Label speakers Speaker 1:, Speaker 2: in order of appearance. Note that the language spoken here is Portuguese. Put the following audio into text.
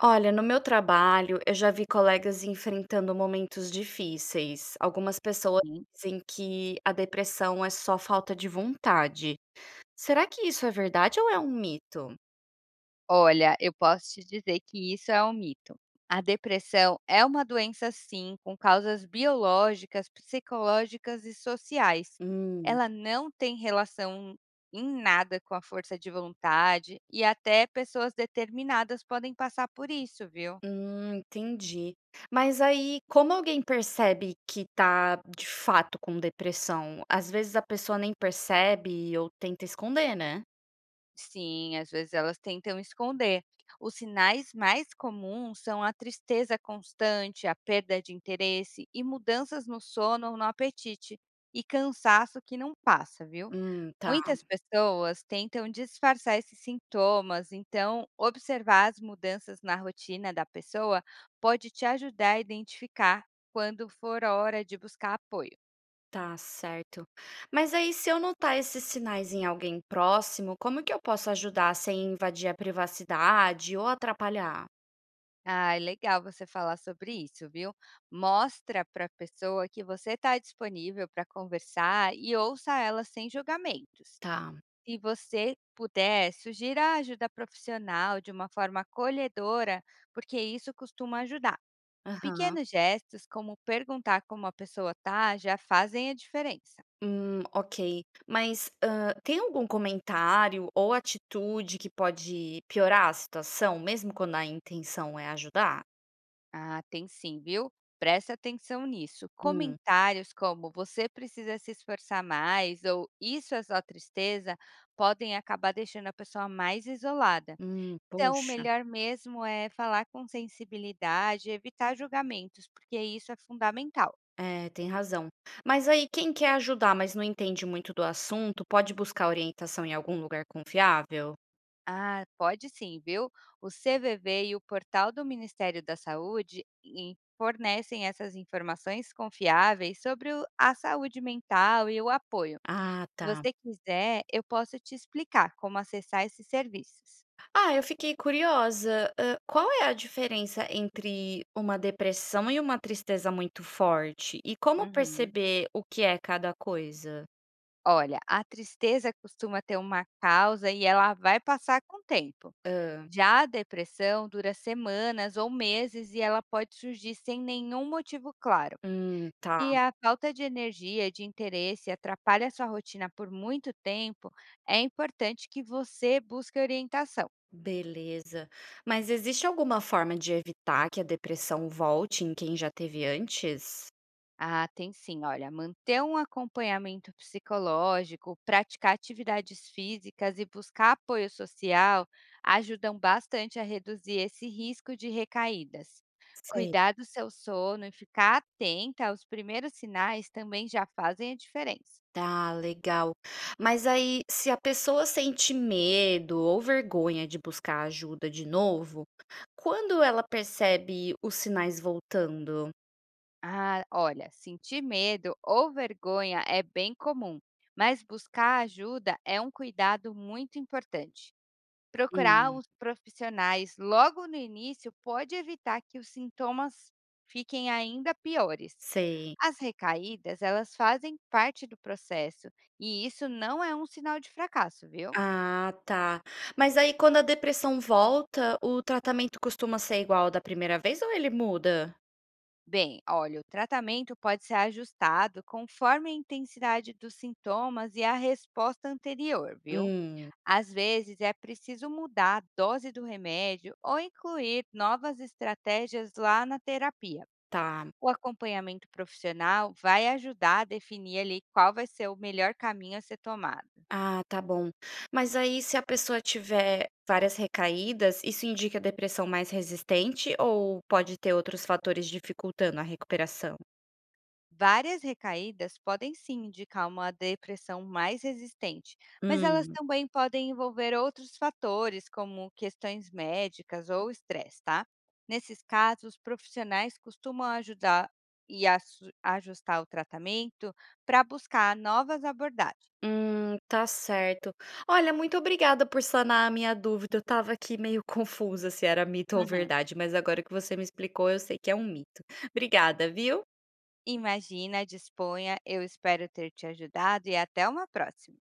Speaker 1: Olha, no meu trabalho, eu já vi colegas enfrentando momentos difíceis. Algumas pessoas
Speaker 2: Sim.
Speaker 1: dizem que a depressão é só falta de vontade. Será que isso é verdade ou é um mito?
Speaker 2: Olha, eu posso te dizer que isso é um mito. A depressão é uma doença, sim, com causas biológicas, psicológicas e sociais.
Speaker 1: Hum,
Speaker 2: Ela não tem relação em nada com a força de vontade e até pessoas determinadas podem passar por isso, viu?
Speaker 1: entendi. Mas aí, como alguém percebe que tá de fato com depressão? Às vezes a pessoa nem percebe ou tenta esconder, né?
Speaker 2: Sim, às vezes elas tentam esconder. Os sinais mais comuns são a tristeza constante, a perda de interesse e mudanças no sono ou no apetite, e cansaço que não passa, viu?
Speaker 1: Tá.
Speaker 2: Muitas pessoas tentam disfarçar esses sintomas, então observar as mudanças na rotina da pessoa pode te ajudar a identificar quando for hora de buscar apoio.
Speaker 1: Tá certo. Mas aí, se eu notar esses sinais em alguém próximo, como que eu posso ajudar sem invadir a privacidade ou atrapalhar?
Speaker 2: Ai, legal você falar sobre isso, viu? Mostra para a pessoa que você está disponível para conversar e ouça ela sem julgamentos.
Speaker 1: Tá.
Speaker 2: Se você puder, sugira ajuda profissional de uma forma acolhedora, porque isso costuma ajudar.
Speaker 1: Aham.
Speaker 2: Pequenos gestos, como perguntar como a pessoa está, já fazem a diferença.
Speaker 1: Ok. Mas ah, tem algum comentário ou atitude que pode piorar a situação, mesmo quando a intenção é ajudar?
Speaker 2: Ah, tem sim, viu? Preste atenção nisso.
Speaker 1: Hum,
Speaker 2: Comentários como você precisa se esforçar mais ou isso é só tristeza podem acabar deixando a pessoa mais isolada. Então, o
Speaker 1: poxa,
Speaker 2: melhor mesmo é falar com sensibilidade, evitar julgamentos, porque isso é fundamental.
Speaker 1: é, tem razão. Mas aí, quem quer ajudar, mas não entende muito do assunto, pode buscar orientação em algum lugar confiável?
Speaker 2: Ah, pode sim, viu? O CVV e o portal do Ministério da Saúde fornecem essas informações confiáveis sobre a saúde mental e o apoio.
Speaker 1: Ah,
Speaker 2: Se
Speaker 1: tá.
Speaker 2: você quiser, eu posso te explicar como acessar esses serviços.
Speaker 1: Ah, eu fiquei curiosa. Hã, qual é a diferença entre uma depressão e uma tristeza muito forte? E como
Speaker 2: Uhum.
Speaker 1: perceber o que é cada coisa?
Speaker 2: Olha, a tristeza costuma ter uma causa e ela vai passar com o tempo.
Speaker 1: Hã,
Speaker 2: Já a depressão dura semanas ou meses e ela pode surgir sem nenhum motivo claro.
Speaker 1: tá,
Speaker 2: E a falta de energia, e de interesse, atrapalha sua rotina por muito tempo, é importante que você busque orientação.
Speaker 1: beleza. Mas existe alguma forma de evitar que a depressão volte em quem já teve antes?
Speaker 2: Ah, tem sim. Olha, manter um acompanhamento psicológico, praticar atividades físicas e buscar apoio social ajudam bastante a reduzir esse risco de recaídas.
Speaker 1: Sei.
Speaker 2: Cuidar do seu sono e ficar atenta aos primeiros sinais também já fazem a diferença.
Speaker 1: Tá, legal. Mas aí, se a pessoa sente medo ou vergonha de buscar ajuda de novo, quando ela percebe os sinais voltando?
Speaker 2: Ah, olha, sentir medo ou vergonha é bem comum, mas buscar ajuda é um cuidado muito importante. Procurar
Speaker 1: Hum,
Speaker 2: os profissionais logo no início pode evitar que os sintomas fiquem ainda piores.
Speaker 1: sei.
Speaker 2: As recaídas, elas fazem parte do processo e isso não é um sinal de fracasso, viu?
Speaker 1: Ah, tá. Mas aí quando a depressão volta, o tratamento costuma ser igual ao da primeira vez ou ele muda?
Speaker 2: Bem, olha, o tratamento pode ser ajustado conforme a intensidade dos sintomas e a resposta anterior, viu?
Speaker 1: Hum,
Speaker 2: Às vezes é preciso mudar a dose do remédio ou incluir novas estratégias lá na terapia.
Speaker 1: tá.
Speaker 2: O acompanhamento profissional vai ajudar a definir ali qual vai ser o melhor caminho a ser tomado.
Speaker 1: Ah, tá bom. Mas aí se a pessoa tiver várias recaídas, isso indica depressão mais resistente ou pode ter outros fatores dificultando a recuperação?
Speaker 2: Várias recaídas podem sim indicar uma depressão mais resistente, mas elas
Speaker 1: Hum.
Speaker 2: também podem envolver outros fatores, como questões médicas ou estresse, tá? Nesses casos, profissionais costumam ajudar e ajustar o tratamento para buscar novas abordagens.
Speaker 1: Tá certo. Olha, muito obrigada por sanar a minha dúvida. Eu estava aqui meio confusa se era mito ou
Speaker 2: Uhum.
Speaker 1: verdade, mas agora que você me explicou, eu sei que é um mito. Obrigada, viu?
Speaker 2: Imagina, disponha, eu espero ter te ajudado e até uma próxima.